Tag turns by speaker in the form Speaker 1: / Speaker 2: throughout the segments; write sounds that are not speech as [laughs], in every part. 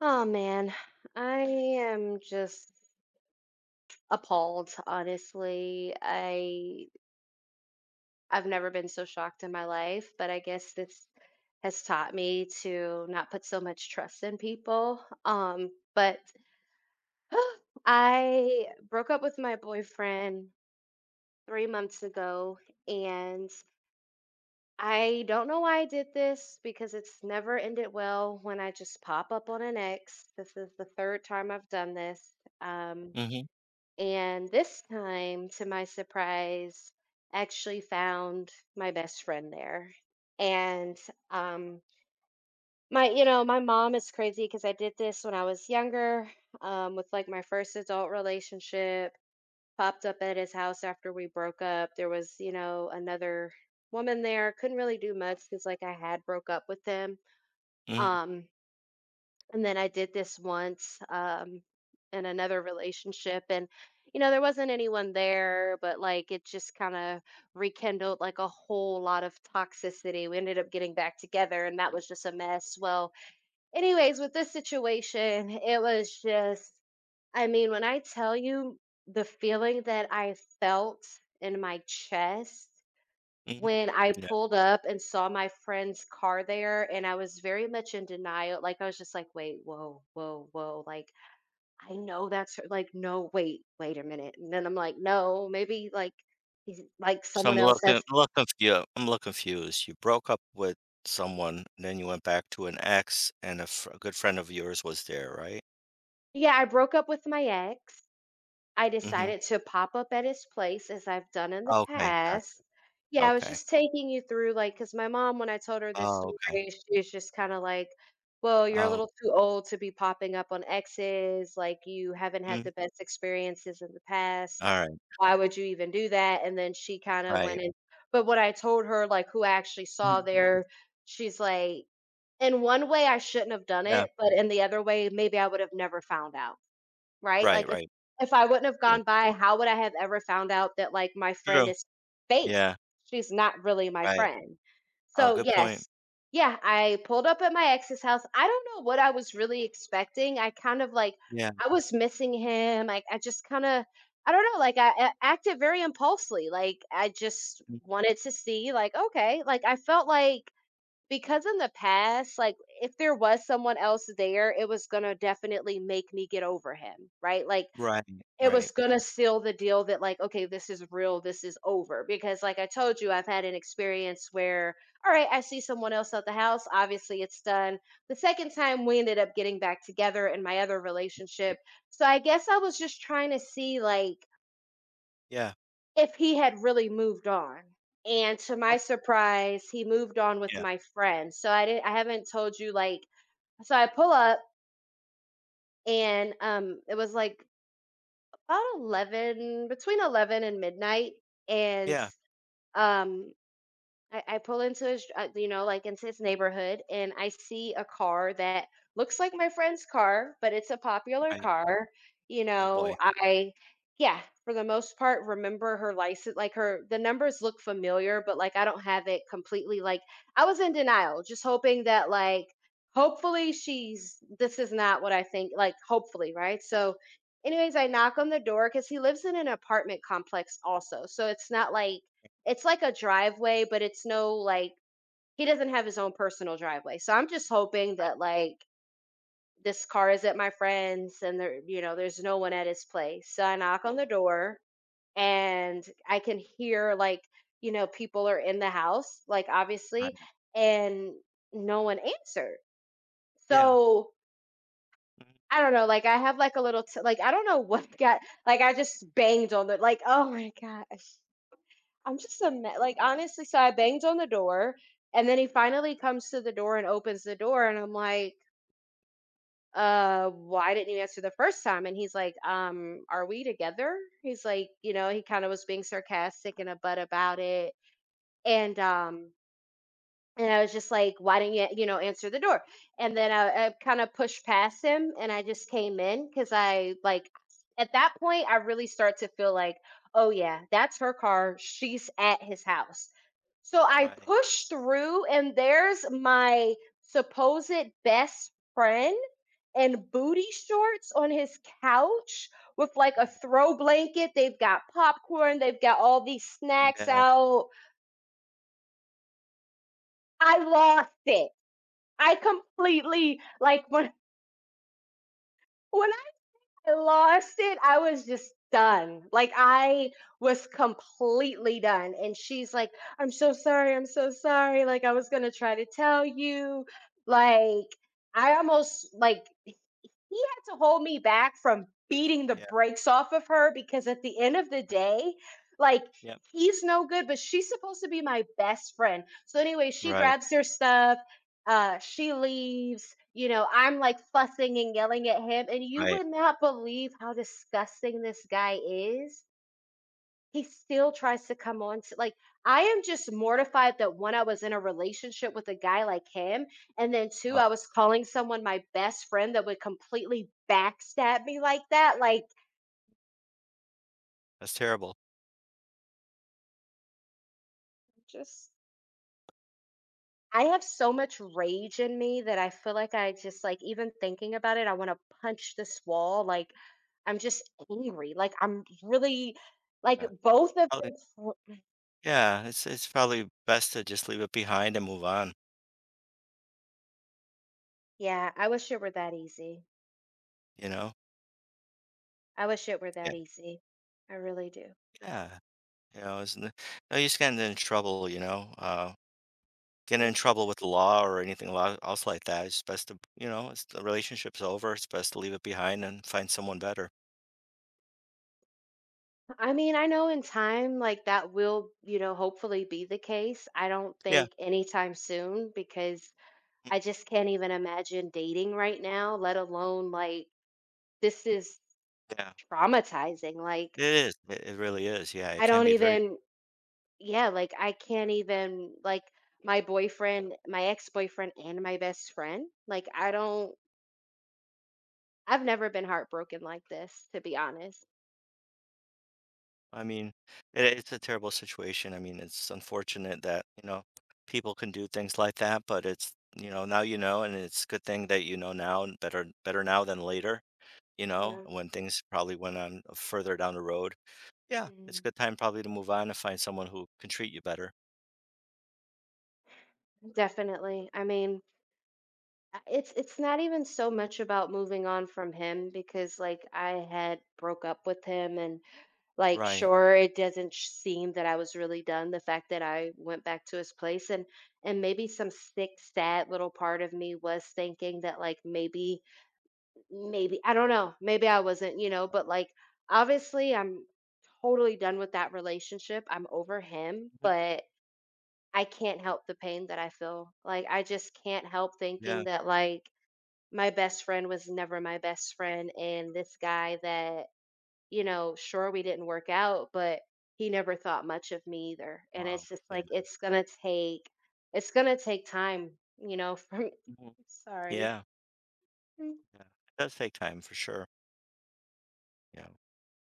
Speaker 1: Oh man, I am just appalled, honestly. I've never been so shocked in my life, but I guess this has taught me to not put so much trust in people. But [gasps] I broke up with my boyfriend 3 months ago, and I don't know why I did this because it's never ended well when I just pop up on an ex. This is the third time I've done this. Um
Speaker 2: Mhm,
Speaker 1: And this time, to my surprise, actually found my best friend there. And um my you know, my mom is crazy because I did this when I was younger, with like my first adult relationship, popped up at his house after we broke up. There was another woman there. Couldn't really do much because like I had broke up with him.
Speaker 2: mhm,
Speaker 1: Um and then I did this once, in another relationship, and you know there wasn't anyone there, but like it just kind of rekindled like a whole lot of toxicity. We ended up getting back together, and that was just a mess. Well, anyways, with this situation, it was just I mean when I tell you the feeling that I felt in my chest
Speaker 2: mhm.
Speaker 1: when I
Speaker 2: Yeah,
Speaker 1: pulled up and saw my friend's car there, and I was very much in denial, like, I was just like, "Wait, whoa, whoa, whoa, like, I know that's her like, no, wait, wait a minute," and then I'm like, "No, maybe, like, he's like,
Speaker 2: so
Speaker 1: someone else has."
Speaker 2: I'm a little confused. You broke up with someone, then you went back to an ex, and a good friend of yours was there, right?
Speaker 1: Yeah, I broke up with my ex. I
Speaker 2: Mhm.
Speaker 1: decided to pop up at his place as I've done in the
Speaker 2: Okay, gotcha.
Speaker 1: past. Yeah, I was
Speaker 2: Okay.
Speaker 1: just taking you through, like, because my mom, when I told her this
Speaker 2: Oh, okay.
Speaker 1: story, she was just kind of like, well, you're a
Speaker 2: Oh,
Speaker 1: little too old to be popping up on exes. Like, you haven't had
Speaker 2: mhm.
Speaker 1: the best experiences in the past.
Speaker 2: Alright,
Speaker 1: Why would you even do that? And then she kind of
Speaker 2: right. Right.
Speaker 1: went in. But when I told her, like, who I actually saw
Speaker 2: Mhm.
Speaker 1: there, she's like, in one way, I shouldn't have done
Speaker 2: Yeah.
Speaker 1: it. But in the other way, maybe I would have never found out. Right?
Speaker 2: Right,
Speaker 1: Like, if
Speaker 2: right.
Speaker 1: if I wouldn't have
Speaker 2: Yeah.
Speaker 1: gone by, how would I have ever found out that, like, my friend
Speaker 2: True.
Speaker 1: is fake?
Speaker 2: Yeah,
Speaker 1: She's not really my
Speaker 2: right.
Speaker 1: friend. So,
Speaker 2: Good point.
Speaker 1: yes. Yeah, I pulled up at my ex's house. I don't know what I was really expecting. I kind of, like,
Speaker 2: Yeah.
Speaker 1: I was missing him. Like, I just kinda I don't know, like, I acted very impulsively. Like, I just
Speaker 2: Mhm.
Speaker 1: wanted to see, like, okay. Like, I felt like because in the past, like, if there was someone else there, it was gonna definitely make me get over him, right? Like,
Speaker 2: Right,
Speaker 1: it
Speaker 2: right.
Speaker 1: was gonna seal the deal that, like, okay, this is real, this is over. Because, like I told you, I've had an experience where, all right, I see someone else at the house. Obviously, it's done. The second time we ended up getting back together in my other relationship. So I guess I was just trying to see, like,
Speaker 2: Yeah.
Speaker 1: if he had really moved on, and to
Speaker 2: Oh,
Speaker 1: my surprise, he moved on with
Speaker 2: yeah.
Speaker 1: my friend, so I haven't told you, like, so I pull up and, it was, like, about 11, between 11 and midnight, and,
Speaker 2: Yeah,
Speaker 1: um, I pull into his, you know, like into his neighborhood, and I see a car that looks like my friend's car, but it's a popular
Speaker 2: right.
Speaker 1: car. You
Speaker 2: Oh
Speaker 1: know,
Speaker 2: boy.
Speaker 1: yeah, for the most part, remember her license, like her, the numbers look familiar, but like I don't have it completely. Like I was in denial, just hoping that, like, hopefully this is not what I think, like, hopefully, right? So, anyways, I knock on the door because he lives in an apartment complex also. So it's not like, it's like a driveway, but it's no, like he doesn't have his own personal driveway, so I'm just hoping
Speaker 2: Right,
Speaker 1: that, like, this car is at my friend's, and there's no one at his place, so I knock on the door, and I can hear, like, you know, people are in the house, like, obviously,
Speaker 2: right.
Speaker 1: and no one answered.
Speaker 2: Yeah.
Speaker 1: So,
Speaker 2: Mhm.
Speaker 1: I don't know, like, I have, like, a little t like, I don't know [laughs] what got like, I just banged on the like, oh my gosh. I'm just honestly, so I banged on the door, and then he finally comes to the door and opens the door, and I'm like, why didn't you answer the first time?" And he's like, are we together?" He's like, you know, he kind of was being sarcastic and a butt about it, and um, and I was just like, why didn't you, you know, answer the door? And then I kind of pushed past him and I just came in because at that point, I really start to feel like, oh yeah, that's her car. She's at his house. So I
Speaker 2: Right.
Speaker 1: push through, and there's my supposed best friend in booty shorts on his couch with like
Speaker 2: Oh,
Speaker 1: a
Speaker 2: wow.
Speaker 1: throw blanket. They've got popcorn, they've got all these snacks
Speaker 2: Yeah.
Speaker 1: out. I lost it. I completely like when I lost it, I was just done. Like I was completely done. And she's like, "I'm so sorry. I'm so sorry. Like I was going to try to tell you." Like I almost like he had to hold me back from beating the
Speaker 2: Yeah.
Speaker 1: brakes off of her because at the end of the day, like
Speaker 2: Yeah.
Speaker 1: he's no good, but she's supposed to be my best friend. So anyway, she
Speaker 2: Right,
Speaker 1: grabs her stuff, she leaves. You know, I'm like fussing and yelling at him, and you
Speaker 2: right.
Speaker 1: would not believe how disgusting this guy is. He still tries to come on to like, I am just mortified that one, I was in a relationship with a guy like him, and then two,
Speaker 2: Oh,
Speaker 1: I was calling someone my best friend that would completely backstab me like that. Like,
Speaker 2: that's terrible.
Speaker 1: just I have so much rage in me that I feel like I just like even thinking about it, I want to punch this wall. Like, I'm just angry. Like, I'm really like
Speaker 2: Yeah.
Speaker 1: both of
Speaker 2: Probably
Speaker 1: them.
Speaker 2: yeah, it's probably best to just leave it behind and move on,
Speaker 1: Yeah, I wish it were that easy.
Speaker 2: you know?
Speaker 1: I wish it were that
Speaker 2: Yeah.
Speaker 1: easy. I really do.
Speaker 2: Yeah, you know, it's n no use getting in trouble, you know,
Speaker 1: I
Speaker 2: getting in
Speaker 1: wish it
Speaker 2: trouble with the law or anything lo else like that. It's best to you know, it's the relationship's over, it's best to leave it behind and find someone better.
Speaker 1: I mean, I know in time, like that will, you know, hopefully be the case. I don't
Speaker 2: Yeah,
Speaker 1: think anytime soon because I just can't even imagine dating right now, let alone like this is
Speaker 2: yeah.
Speaker 1: traumatizing. Like,
Speaker 2: It is, it really is, yeah, it
Speaker 1: I
Speaker 2: can
Speaker 1: don't
Speaker 2: be very
Speaker 1: even, yeah, like I can't even, like my boyfriend, my ex boyfriend, and my best friend. Like, I don't, I've never been heartbroken like this, to be honest.
Speaker 2: I mean, it's a terrible situation. I mean, it's unfortunate that, you know, people can do things like that, but it's, you know, now you know, and it's a good thing that you know now and better better now than later, you know,
Speaker 1: Yeah.
Speaker 2: when things probably went on further down the road. Yeah, it's a
Speaker 1: Mm.
Speaker 2: good time probably to move on and find someone who can treat you better.
Speaker 1: Definitely. I mean, it's not even so much about moving on from him because like I had broke up with him, and like
Speaker 2: Right.
Speaker 1: sure it doesn't seem that I was really done, the fact that I went back to his place, and maybe some sick sad little part of me was thinking that like maybe I don't know maybe I wasn't, you know, but like obviously I'm totally done with that relationship. I'm over him,
Speaker 2: Mhm.
Speaker 1: but I can't help the pain that I feel like I just can't help
Speaker 2: Yeah.
Speaker 1: thinking that like my best friend was never my best friend, and this guy that you know sure we didn't work out but he never thought much of me either, and it's
Speaker 2: Wow.
Speaker 1: just
Speaker 2: Yeah.
Speaker 1: like it's gonna take time, you know. [laughs] from
Speaker 2: Mhm.
Speaker 1: Sorry.
Speaker 2: Yeah.
Speaker 1: Mm,
Speaker 2: Yeah. It does take time for sure. Yeah.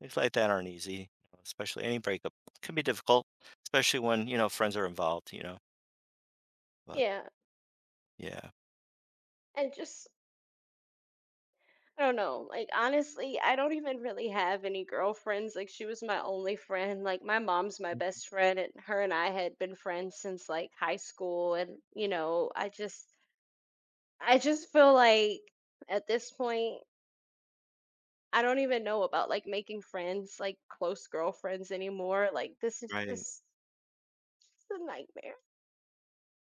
Speaker 2: Things like that aren't easy, you know, especially any breakup can be difficult, especially when, you know, friends are involved, you know. But
Speaker 1: yeah,
Speaker 2: yeah.
Speaker 1: and just I don't know, like, honestly, I don't even really have any girlfriends. Like, she was my only friend. Like, my mom's my best friend, and her and I had been friends since like high school, and you know I just I just feel like at this point, I don't even know about like making friends, like close girlfriends anymore. Like this is
Speaker 2: Right.
Speaker 1: just it's a nightmare.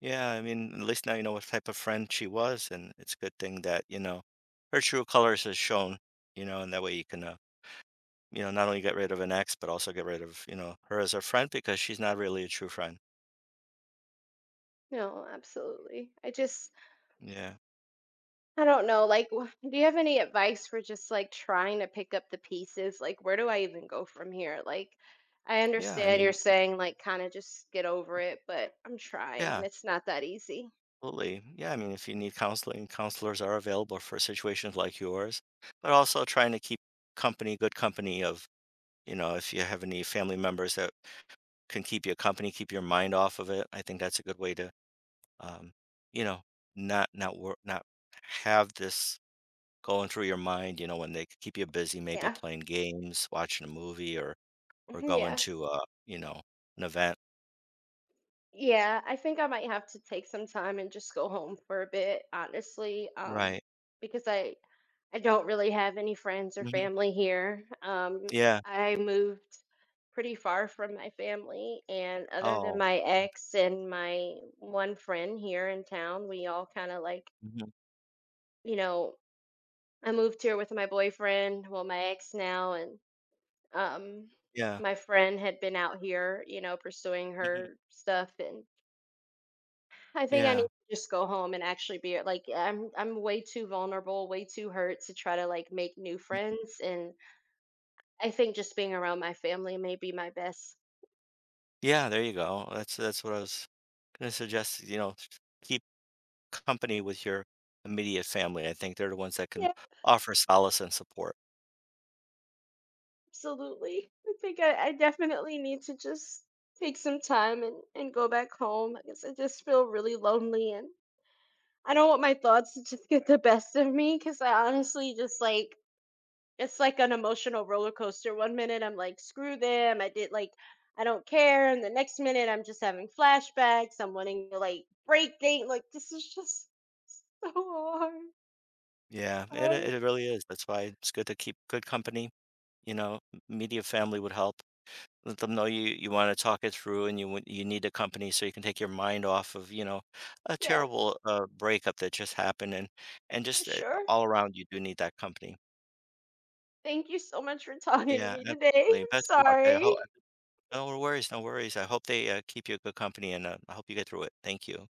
Speaker 2: Yeah, I mean, at least now you know what type of friend she was, and it's a good thing that, you know, her true colors is shown, you know, and that way you can, you know, not only get rid of an ex, but also get rid of, you know, her as a friend because she's not really a true friend.
Speaker 1: No, absolutely.
Speaker 2: Yeah.
Speaker 1: I don't know. Like, do you have any advice for just like trying to pick up the pieces? Like, where do I even go from here? Like, I
Speaker 2: Yeah, I
Speaker 1: understand you're
Speaker 2: mean,
Speaker 1: saying like kind of just get over it, but I'm trying
Speaker 2: yeah,
Speaker 1: and it's not that easy.
Speaker 2: absolutely. Yeah, I mean, if you need counseling, counselors are available for situations like yours, but also trying to keep company, good company of, you know, if you have any family members that can keep you company, keep your mind off of it, I think that's a good way to um, you know, not work, not have this going through your mind. You know, when they keep you busy, maybe
Speaker 1: Yeah.
Speaker 2: playing games, watching a movie,
Speaker 1: [laughs]
Speaker 2: or going
Speaker 1: Yeah.
Speaker 2: to you know, an event.
Speaker 1: Yeah, I think I might have to take some time and just go home for a bit, honestly,
Speaker 2: Right.
Speaker 1: because I don't really have any friends or
Speaker 2: Hmm.
Speaker 1: family here.
Speaker 2: Yeah.
Speaker 1: I moved pretty far from my family, and other than
Speaker 2: Oh.
Speaker 1: my ex and my one friend here in town, we all kind of like,
Speaker 2: Hmm.
Speaker 1: you know, I moved here with my boyfriend, well, my ex now, and, um,
Speaker 2: Yeah.
Speaker 1: my friend had been out here, you know, pursuing
Speaker 2: Hmm.
Speaker 1: her stuff, and I think I need
Speaker 2: Yeah.
Speaker 1: to just go home and actually be like I'm way too vulnerable, way too hurt to try to like make new
Speaker 2: Mm.
Speaker 1: friends, and I think just being around my family may be my best.
Speaker 2: Yeah. There you go. That's what I was gonna suggest. You know, s- keep company with your immediate family. I think they're the ones that can
Speaker 1: Yeah,
Speaker 2: offer solace and support.
Speaker 1: absolutely. I think I definitely need to just take some time, and go back home. I guess I just feel really lonely, and I don't want my thoughts to just get the best of me because I honestly just like it's like an emotional roller coaster. One minute I'm like, screw them. I did like, I don't care. And the next minute I'm just having flashbacks. I'm wanting to like break things. Like, this is just [laughs] so hard.
Speaker 2: Yeah, it
Speaker 1: Sorry.
Speaker 2: it really is. That's why it's good to keep good company, you know, m media family would help. Let them know you wanna talk it through and you need the company so you can take your mind off of, you know, a
Speaker 1: Yeah,
Speaker 2: terrible, breakup that just happened and
Speaker 1: for
Speaker 2: just,
Speaker 1: sure.
Speaker 2: all around you do need that company.
Speaker 1: Thank you so much for talking to
Speaker 2: Yeah,
Speaker 1: me today.
Speaker 2: absolutely.
Speaker 1: I'm
Speaker 2: Best of luck. I ho
Speaker 1: sorry.
Speaker 2: No worries, no worries. I hope they, keep you a good company and, I hope you get through it. Thank you.